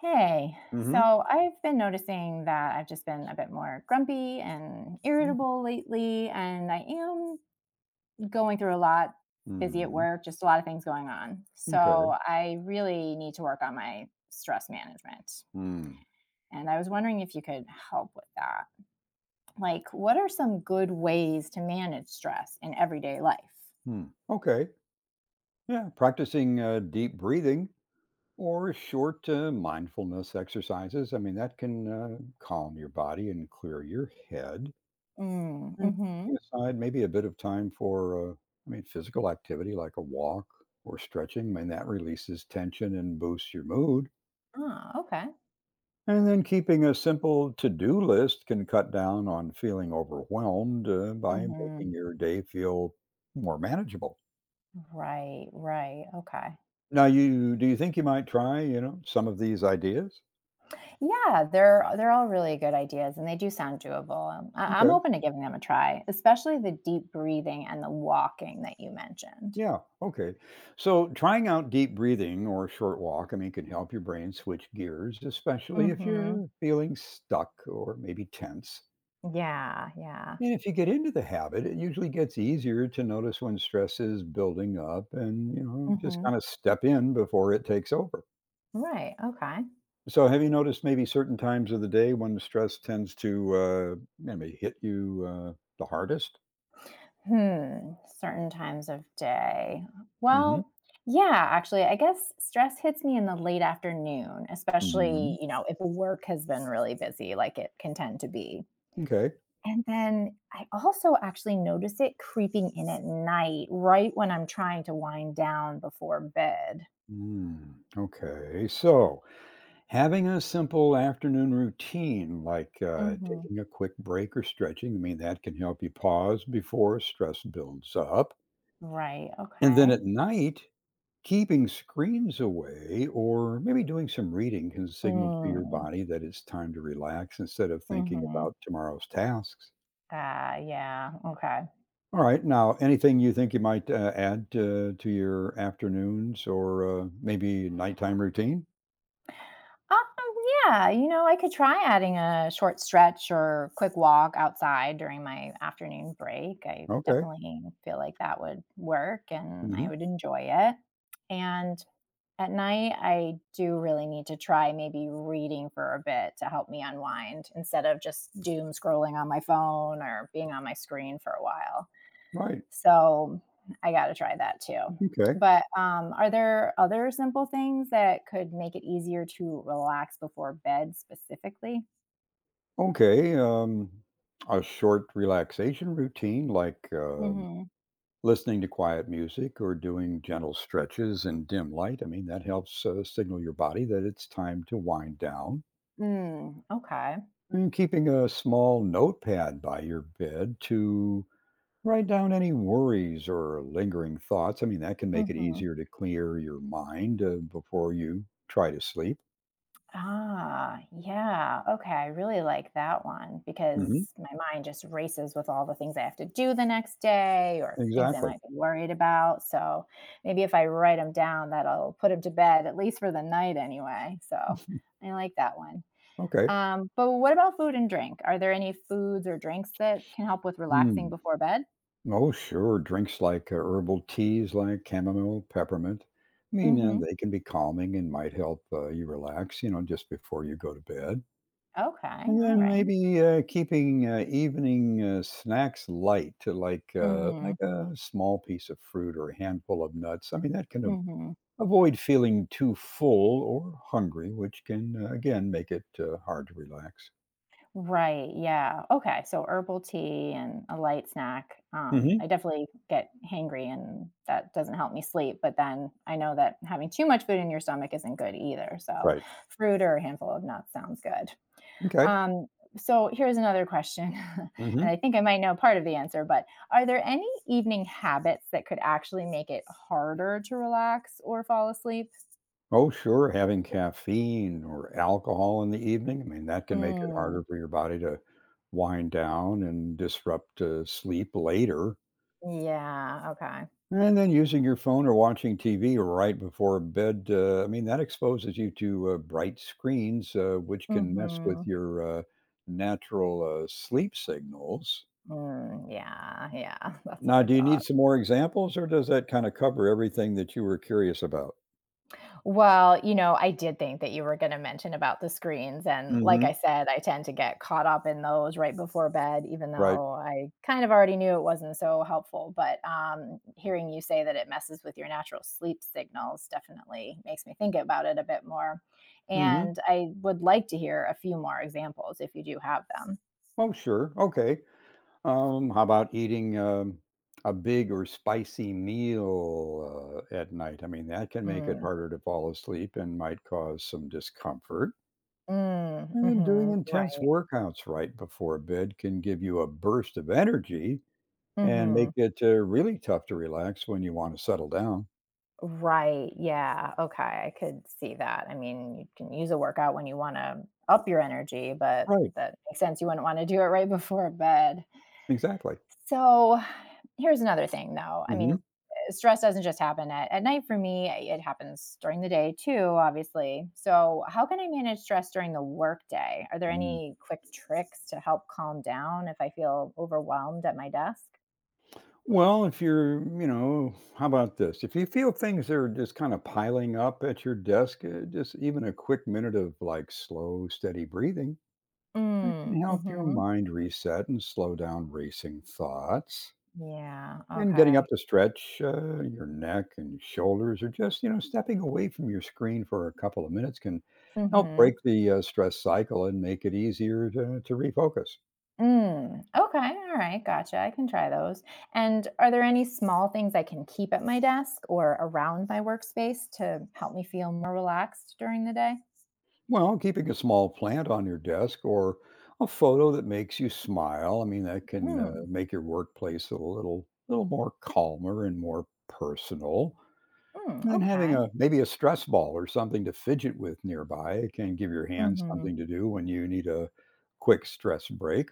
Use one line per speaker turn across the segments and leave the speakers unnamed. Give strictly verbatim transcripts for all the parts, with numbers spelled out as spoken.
Hey,
Mm-hmm.
so I've been noticing that I've just been a bit more grumpy and irritable lately, and I am going through a lot, busy at
Mm-hmm.
work, just a lot of things going on.
Okay.
So I really need to work on my stress management.
Mm.
And I was wondering if you could help with that. Like, what are some good ways to manage stress in everyday life?
Hmm. Okay. Yeah. Practicing uh, deep breathing or short uh, mindfulness exercises. I mean, that can uh, calm your body and clear your head.
Mm,
And
mm-hmm.
setting aside maybe a bit of time for, uh, I mean, physical activity like a walk or stretching. I mean, that releases tension and boosts your mood.
Oh, okay.
And then keeping a simple to do list can cut down on feeling overwhelmed uh, by
Mm-hmm.
making your day feel more manageable.
Right, right. Okay.
Now you do you think you might try, you know, some of these ideas?
Yeah, they're they're all really good ideas, and they do sound doable. Um, I, I'm
Okay.
open to giving them a try, especially the deep breathing and the walking that you mentioned.
Yeah. Okay. So trying out deep breathing or a short walk, I mean, can help your brain switch gears, especially if
Hmm.
you're feeling stuck or maybe tense.
Yeah, yeah.
And if you get into the habit, it usually gets easier to notice when stress is building up and, you know, just
Hmm.
kind of step in before it takes over.
Right. Okay.
So have you noticed maybe certain times of the day when the stress tends to uh, maybe hit you uh, the hardest?
Hmm. Certain times of day.
hmm
Well, yeah, actually, I guess stress hits me in the late afternoon,
hmm
especially, you know, if work has been really busy, like it can tend to be.
Okay.
And then I also actually notice it creeping in at night, right when I'm trying to wind down before bed.
Mm, okay. So, having a simple afternoon routine like uh,
Hmm.
taking a quick break or stretching, I mean, that can help you pause before stress builds up.
Right.
And then
Okay.
at night, keeping screens away or maybe doing some reading can signal to your
Mm.
body that it's time to relax instead of thinking
Hmm.
about tomorrow's tasks.
Ah, yeah. Okay.
All right. Now, anything you think you might uh, add uh, to your afternoons or uh, maybe nighttime routine?
Um, yeah, you know, I could try adding a short stretch or quick walk outside during my afternoon break. I
Okay.
definitely feel like that would work and I
Mhm.
would enjoy it. And at night, I do really need to try maybe reading for a bit to help me unwind instead of just doom scrolling on my phone or being on my screen for a while.
Right.
So I got to try that too.
Okay.
But um, are there other simple things that could make it easier to relax before bed specifically?
Okay. Um, a short relaxation routine like um
Mhm.
listening to quiet music or doing gentle stretches in dim light. I mean, that helps uh, signal your body that it's time to wind down.
Mm, okay.
And keeping a small notepad by your bed to write down any worries or lingering thoughts. I mean, that can make it
Mhm.
easier to clear your mind uh, before you try to sleep.
Ah, yeah. Okay, I really like that one
hmm
because my mind just races with all the things I have to do the next day or things I
Exactly.
might be worried about. So maybe if I write them down, that'll put them to bed, at least for the night anyway. So I like that one.
Okay.
Um, but what about food and drink? Are there any foods or drinks that can help with relaxing
Hmm.
before bed?
Oh, sure. Drinks like uh, herbal teas like chamomile, peppermint. I mean, uh,
Mhm.
they can be calming and might help uh, you relax, you know, just before you go to bed.
Okay,
And
all
then
right.
maybe uh, keeping uh, evening uh, snacks light, to like uh,
Mhm,
like a small piece of fruit or a handful of nuts. I mean, that can a-
mhm.
avoid feeling too full or hungry, which can uh, again make it uh, hard to relax.
Right, yeah. Okay, so herbal tea and a light snack. Um,
hmm
I definitely get hangry and that doesn't help me sleep, but then I know that having too much food in your stomach isn't good either, so
Right.
fruit or a handful of nuts sounds good.
Okay.
Um, so here's another question,
hmm
and I think I might know part of the answer, but are there any evening habits that could actually make it harder to relax or fall asleep?
Oh, sure, having caffeine or alcohol in the evening, I mean, that can make it harder
Mm,
for your body to wind down and disrupt, uh, sleep later.
yeah, okay.
And then using your phone or watching T V right before bed, uh, I mean, that exposes you to, uh, bright screens, uh, which can mess with
Mhm.
your, uh, natural, uh, sleep signals.
Mm, yeah, yeah, that's what
Now,
I
do you need
thought.
some more examples, or does that kinda cover everything that you were curious about?
Well, you know, I did think that you were gonna mention about the screens, and like
Mhm.
I said, I tend to get caught up in those right before bed, even
Right.
though I kind of already knew it wasn't so helpful, but, um, hearing you say that it messes with your natural sleep signals definitely makes me think about it a bit more,
Mhm.
and I would like to hear a few more examples if you do have them.
Oh, sure, okay. Um, how about eating, um, a big or spicy meal, uh, at night? I mean, that can make it
Mm.
harder to fall asleep and might cause some discomfort.
Mm.
And then doing
Mhm.
intense
Right.
workouts right before bed can give you a burst of energy and make
Mhm.
it, uh, really tough to relax when you wanna settle down.
Right. Yeah. Okay. I could see that. I mean, you can use a workout when you want to up your energy, but
Right,
that makes sense. You wouldn't want to do it right before bed.
exactly.
So here's another thing, though. I
Mhm.
mean, uh, stress doesn't just happen at, at night for me, it happens during the day too, obviously. So, how can I manage stress during the workday? Are there
Mm.
any quick tricks to help calm down if I feel overwhelmed at my desk?
Well, if you're, you know, how about this? If you feel things are just kind of piling up at your desk, uh, just even a quick minute of like slow, steady breathing, that can
Mm,
help your
hmm.
mind reset and slow down racing thoughts.
Yeah.
And getting up
Okay.
to stretch uh, your neck and shoulders, or just, you know, stepping away from your screen for a couple of minutes can help break
Mm-hmm.
the uh, stress cycle and make it easier to, to refocus.
Mm, okay, all right, gotcha. I can try those. And are there any small things I can keep at my desk or around my workspace to help me feel more relaxed during the day?
Well, keeping a small plant on your desk or a photo that makes you smile, I mean, that can uh,
Mm,
make your workplace a little little more calmer and more personal.
mm,
And then having
okay.
a maybe a stress ball or something to fidget with nearby it can give your hands
Mm-hmm.
something to do when you need a quick stress break.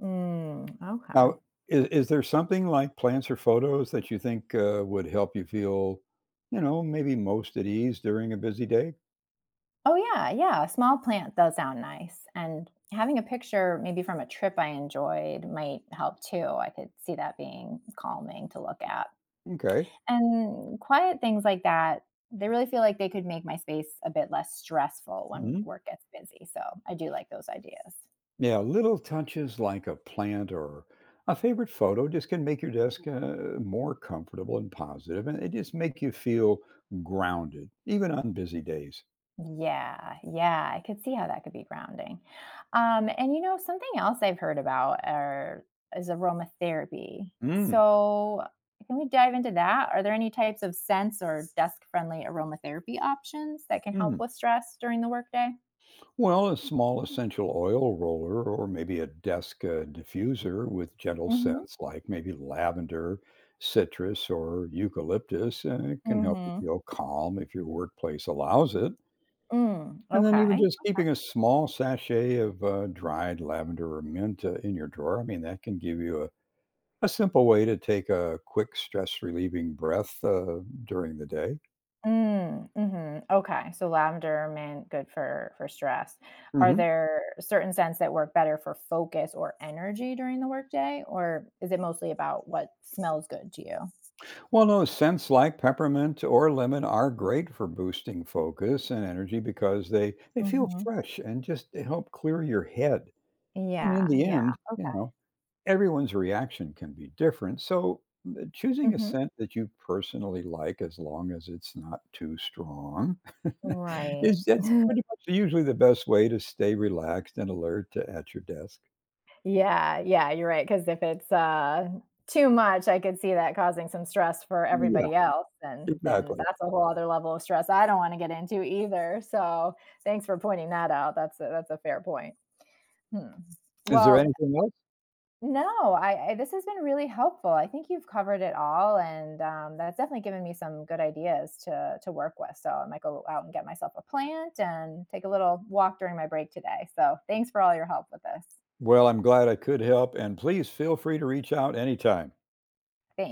Mm, okay.
Now, is, is there something like plants or photos that you think uh, would help you feel, you know, maybe most at ease during a busy day?
Oh, yeah, yeah. A small plant does sound nice. And having a picture, maybe from a trip I enjoyed, might help too. I could see that being calming to look at.
Okay.
And quiet things like that, they really feel like they could make my space a bit less stressful when
Mm-hmm.
work gets busy. So I do like those ideas.
Yeah, little touches like a plant or a favorite photo just can make your desk uh, more comfortable and positive, and it just make you feel grounded, even on busy days.
Yeah, yeah, I could see how that could be grounding. Um, and you know, something else I've heard about are is aromatherapy.
Mm.
So can we dive into that? Are there any types of scents or desk-friendly aromatherapy options that can help
Mm.
with stress during the workday?
Well, a small essential oil roller or maybe a desk uh, diffuser with gentle
Mm-hmm.
scents like maybe lavender, citrus, or eucalyptus uh, can help you
Mm-hmm.
feel calm if your workplace allows it.
Mm,
And then even
okay.
just keeping a small sachet of, uh, dried lavender or mint, uh, in your drawer, I mean, that can give you a a simple way to take a quick stress-relieving breath, uh, during the day.
Mm, mhm. Okay, so lavender, mint, good for for stress. Are
Mhm.
there certain scents that work better for focus or energy during the workday, or is it mostly about what smells good to you?
Well, no, scents like peppermint or lemon are great for boosting focus and energy because they they feel
Mhm.
fresh and just help clear your head. And in
Yeah,
the
yeah,
end, you
okay.
know everyone's reaction can be different. So uh, choosing a
Mhm.
scent that you personally like, as long as it's not too strong,
Right.
is that's pretty much usually the best way to stay relaxed and alert to, at your desk.
Yeah, yeah, you're right, right. Because if it's, uh, too much, I could see that causing some stress for
Yeah,
everybody else, and then
exactly.
that's a whole other level of stress I don't wanna get into either, so thanks for pointing that out, that's a that's a fair point. Hmm.
Is there
Well,
anything else?
no, I, I this has been really helpful. I think you've covered it all, and um, that's definitely given me some good ideas to to work with. So I might go out and get myself a plant and take a little walk during my break today. So thanks for all your help with this.
Well, I'm glad I could help, and please feel free to reach out anytime.
Thanks.